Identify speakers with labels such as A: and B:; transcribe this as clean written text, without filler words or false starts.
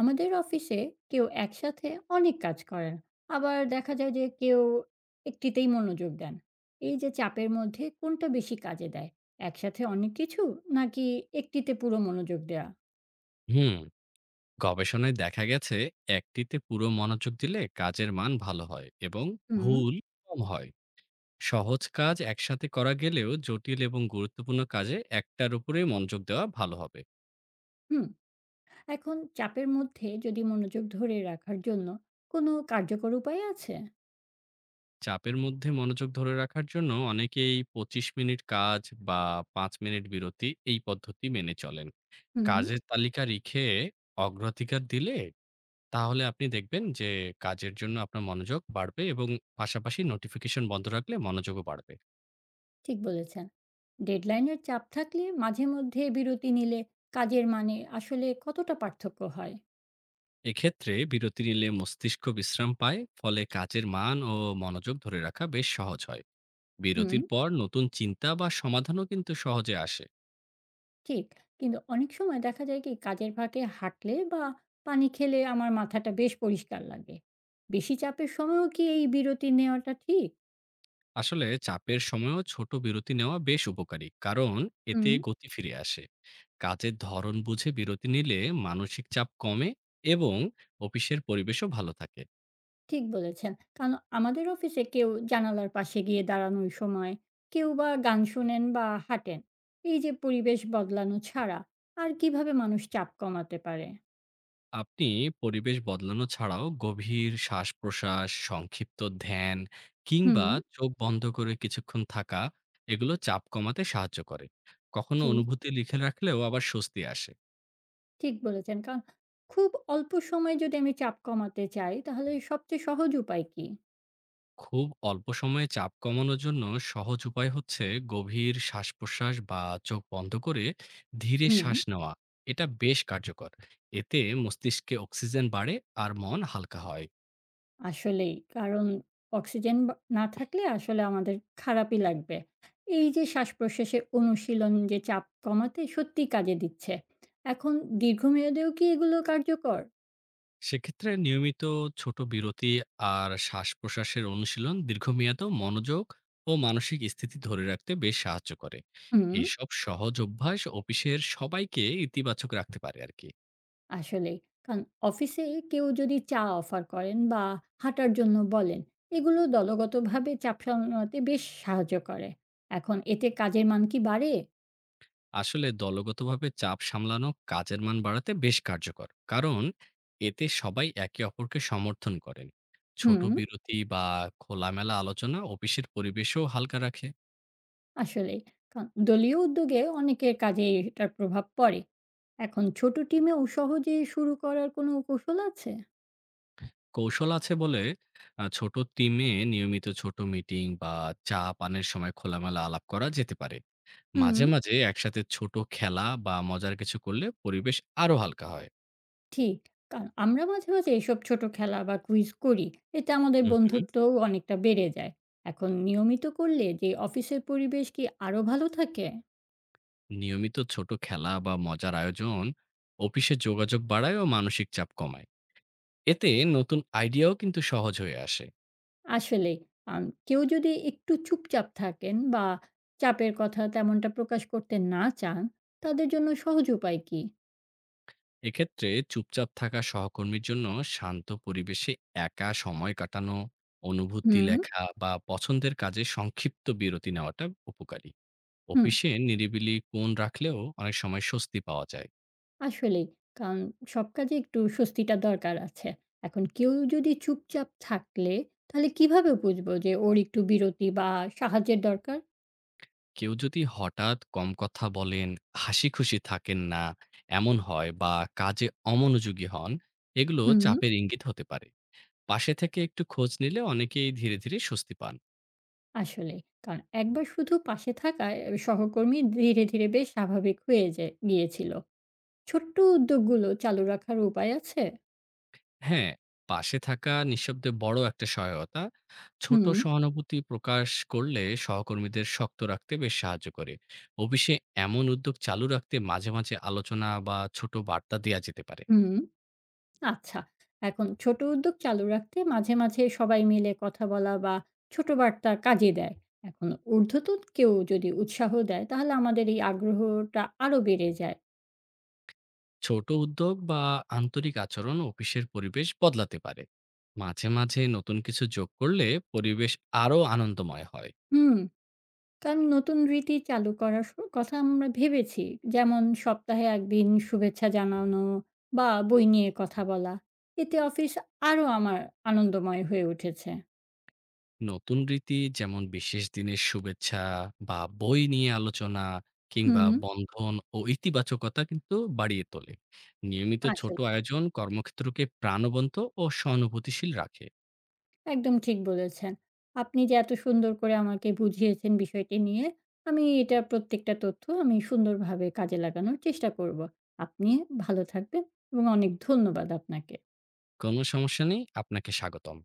A: আমাদের অফিসে কেউ একসাথে অনেক কাজ করেন, আবার দেখা যায় যে কেউ একটিতেই মনোযোগ দেন। এই যে চাপের মধ্যে কোনটা বেশি কাজে দেয়, একসাথে অনেক কিছু নাকি একটিতে পুরো মনোযোগ দেওয়া?
B: হুম। গবেষণায় দেখা গেছে একটিতে পুরো মনোযোগ দিলে কাজের মান ভালো হয় এবং
A: হুম।
B: ভুল কম হয়। সহজ কাজ একসাথে করা গেলেও জটিল এবং গুরুত্বপূর্ণ কাজে একটার উপরে মনোযোগ দেওয়া ভালো হবে।
A: হুম। এখন চাপের মধ্যে যদি মনোযোগ ধরে রাখার জন্য কোনো কার্যকর উপায় আছে?
B: চাপের মধ্যে মনোযোগ ধরে রাখার জন্য অনেকেই 25 মিনিট কাজ বা 5 মিনিট বিরতি এই পদ্ধতি মেনে চলেন।
A: হুম।
B: কাজের তালিকা রেখে অগ্রাধিকার দিলে তাহলে আপনি দেখবেন যে কাজের জন্য আপনার মনোযোগ বাড়বে এবং পাশাপাশি নোটিফিকেশন বন্ধ রাখলে মনোযোগও বাড়বে।
A: ঠিক বলেছেন। ডেডলাইনের চাপ থাকলে মাঝে মধ্যে বিরতি নিলে কাজের মানে আসলে কতটা পার্থক্য হয়?
B: এক্ষেত্রে বিরতি নিলে মস্তিষ্ক বিশ্রাম পায়, ফলে কাজের মান ও মনোযোগ ধরে রাখা বেশ সহজ হয়।
A: হুম।
B: বিরতির পর নতুন চিন্তা বা সমাধানও কিন্তু সহজে আসে।
A: ঠিক। কিন্তু অনেক সময় দেখা যায় কি কাজের ফাঁকে হাঁটলে বা পানি খেলে আমার মাথাটা বেশ পরিষ্কার লাগে। বেশি চাপের সময়ও কি এই বিরতি নেওয়াটা ঠিক?
B: আসলে চাপের সময়ও ছোট বিরতি নেওয়া বেশ উপকারী, কারণ
A: হুম।
B: এতে গতি ফিরে আসে। কাজের ধরন বুঝে বিরতি নিলে মানসিক চাপ কমে এবং অফিসের পরিবেশও ভালো থাকে।
A: ঠিক বলেছেন। কারণ আমাদের অফিসে কেউ জানালার পাশে গিয়ে দাঁড়ানোর সময়, কেউ বা গান শোনেন বা হাঁটেন। এই যে পরিবেশ বদলানো ছাড়া আর কিভাবে মানুষ চাপ কমাতে পারে?
B: আপনি পরিবেশ বদলানো ছাড়াও গভীর শ্বাস-প্রশ্বাস, সংক্ষিপ্ত ধ্যান
A: হুম।
B: কিংবা চোখ বন্ধ করে কিছুক্ষণ থাকা, এগুলো চাপ কমাতে সাহায্য করে। কখনো
A: ঠিক,
B: অনুভূতি লিখে রাখলেও আবার স্বস্তি আসে।
A: ঠিক বলেছেন। কারণ খুব অল্প সময়ে যদি আমি চাপ কমাতে চাই তাহলে সবচেয়ে সহজ উপায় কি?
B: খুব অল্প সময়ে চাপ কমানোর জন্য সহজ উপায় হচ্ছে গভীর শ্বাস-প্রশ্বাস বা চোখ বন্ধ করে ধীরে
A: হুম।
B: শ্বাস নেওয়া। এটা বেশ কার্যকর। এতে মস্তিষ্কে অক্সিজেন বাড়ে আর মন হালকা হয়।
A: আসলেই। কারণ অক্সিজেন বা না থাকলে আসলে আমাদের খারাপই লাগবে। এই যে শ্বাসপ্রশ্বাসের অনুশীলন যে চাপ কমাতে সত্যিই কাজে দিচ্ছে। এখন দীর্ঘমেয়াদেও কি এগুলো কার্যকর?
B: সেক্ষেত্রে নিয়মিত ছোট বিরতি আর শ্বাস-প্রশ্বাসের অনুশীলন দীর্ঘমেয়াদেও মনোযোগ ও মানসিক স্থিতি ধরে রাখতে বেশ সাহায্য করে।
A: হুম,
B: এসব সহজ অভ্যাস অফিসের সবাইকে ইতিবাচক রাখতে পারে আরকি।
A: আসলেই। কারণ অফিসে কেউ যদি চা অফার করেন বা হাঁটার জন্য বলেন, এগুলো দলগতভাবে চাপ সামলাতে বেশ সাহায্য করে। এখন এতে কাজের মান কি বাড়ে?
B: আসলে দলগতভাবে চাপ সামলানো কাজের মান বাড়াতে বেশ কার্যকর। কারণ এতে সবাই একে অপরকে সমর্থন করেন। ছোট
A: হুম,
B: বিরতি বা খোলামেলা আলোচনা অফিসের পরিবেশও হালকা রাখে।
A: আসলেই। কারণ দলীয় উদ্যোগে অনেকের কাজে এটার প্রভাব পড়ে। এখন ছোট টিমেও সহজে শুরু করার কোনো কৌশল আছে?
B: কৌশল আছে বলে ছোট টিমে নিয়মিত ছোট মিটিং বা চা পানের সময় খোলামেলা আলাপ করা যেতে পারে।
A: হুম।
B: মাঝে মাঝে একসাথে ছোট খেলা বা মজার কিছু করলে পরিবেশ আরো হালকা হয়।
A: ঠিক। কারণ আমরা মাঝে, মাঝে এসব ছোট খেলা বা কুইজ করি। এতে আমাদের
B: হুম, হুম।
A: বন্ধুত্বও অনেকটা বেড়ে যায়। এখন নিয়মিত করলে যে অফিসের পরিবেশ কি আরো ভালো থাকে?
B: নিয়মিত ছোট খেলা বা মজার আয়োজন অফিসে যোগাযোগ বাড়ায় ও মানসিক চাপ কমায়। এতে নতুন আইডিয়াও কিন্তু সহজ হয়ে আসে।
A: আসলে কেউ যদি একটু চুপচাপ থাকেন বা চাপের কথা তেমনটা প্রকাশ করতে না চান, তাদের জন্য সহজ উপায় কি?
B: এক্ষেত্রে চুপচাপ থাকা সহকর্মীর জন্য শান্ত পরিবেশে একা সময় কাটানো, অনুভূতি
A: হুম।
B: লেখা বা পছন্দের কাজে সংক্ষিপ্ত বিরতি নেওয়াটা উপকারী।
A: হুম।
B: অফিসে নিরিবিলি কোণ রাখলেও অনেক সময় স্বস্তি পাওয়া যায়।
A: আসলেই। কারণ সব কাজে একটু স্বস্তিটা দরকার আছে। এখন কেউ যদি চুপচাপ থাকলে, তাহলে কিভাবে বুঝবো যে ওর একটু বিরতি বা সাহায্যের দরকার?
B: কেউ যদি হঠাৎ কম কথা বলেন, হাসি খুশি থাকেন না এমন হয় বা কাজে অমনোযোগী হন, এগুলো
A: হুম।
B: চাপের ইঙ্গিত হতে পারে। পাশে থেকে একটু খোঁজ নিলে অনেকেই ধীরে ধীরে স্বস্তি পান।
A: আসলেই। কারণ একবার শুধু পাশে থাকায় এ সহকর্মী ধীরে, ধীরে বেশ স্বাভাবিক হয়ে যে গিয়েছিল। ছোট্ট উদ্যোগগুলো চালু রাখার উপায় আছে?
B: হ্যাঁ, পাশে থাকা নিঃশব্দে বড় একটা সহায়তা। ছোট
A: হুম,
B: সহানুভূতি প্রকাশ করলে সহকর্মীদের শক্ত রাখতে বেশ সাহায্য করে। অফিসে এমন উদ্যোগ চালু রাখতে মাঝে মাঝে আলোচনা বা ছোট বার্তা দেয়া যেতে পারে।
A: হুম। আচ্ছা। এখন ছোট উদ্যোগ চালু রাখতে মাঝে, মাঝে সবাই মিলে কথা বলা বা ছোট বার্তা কাজে দেয়। এখন ঊর্ধ্বতন কেউ যদি উৎসাহ দেয় তাহলে আমাদের এই আগ্রহটা আরো বেড়ে যায়।
B: ছোট উদ্যোগ বা আন্তরিক আচরণ অফিসের পরিবেশ বদলাতে পারে। মাঝে মাঝে নতুন কিছু যোগ করলে পরিবেশ আরো আনন্দময় হয়।
A: হুম, কারণ নতুন রীতি চালু করার কথা আমরা ভেবেছি। যেমন সপ্তাহে ১ দিন শুভেচ্ছা জানানো বা বই নিয়ে কথা বলা। এতে অফিস আরো আমার আনন্দময় হয়ে উঠেছে।
B: নতুন রীতি যেমন বিশেষ দিনের শুভেচ্ছা বা বই নিয়ে আলোচনা কিংবা
A: হুম,
B: বন্ধন ও ইতিবাচকতা কিন্তু বাড়িয়ে তোলে। নিয়মিত
A: আসলে
B: ছোট আয়োজন কর্মক্ষেত্রকে প্রাণবন্ত ও সহানুভূতিশীল রাখে।
A: একদম ঠিক বলেছেন। আপনি যে এত সুন্দর করে আমাকে বুঝিয়েছেন বিষয়টি নিয়ে, আমি এটার প্রত্যেকটা তথ্য আমি সুন্দরভাবে কাজে লাগানোর চেষ্টা করব। আপনি ভালো থাকবেন এবং অনেক ধন্যবাদ আপনাকে।
B: কোনো সমস্যা নেই, আপনাকে স্বাগতম।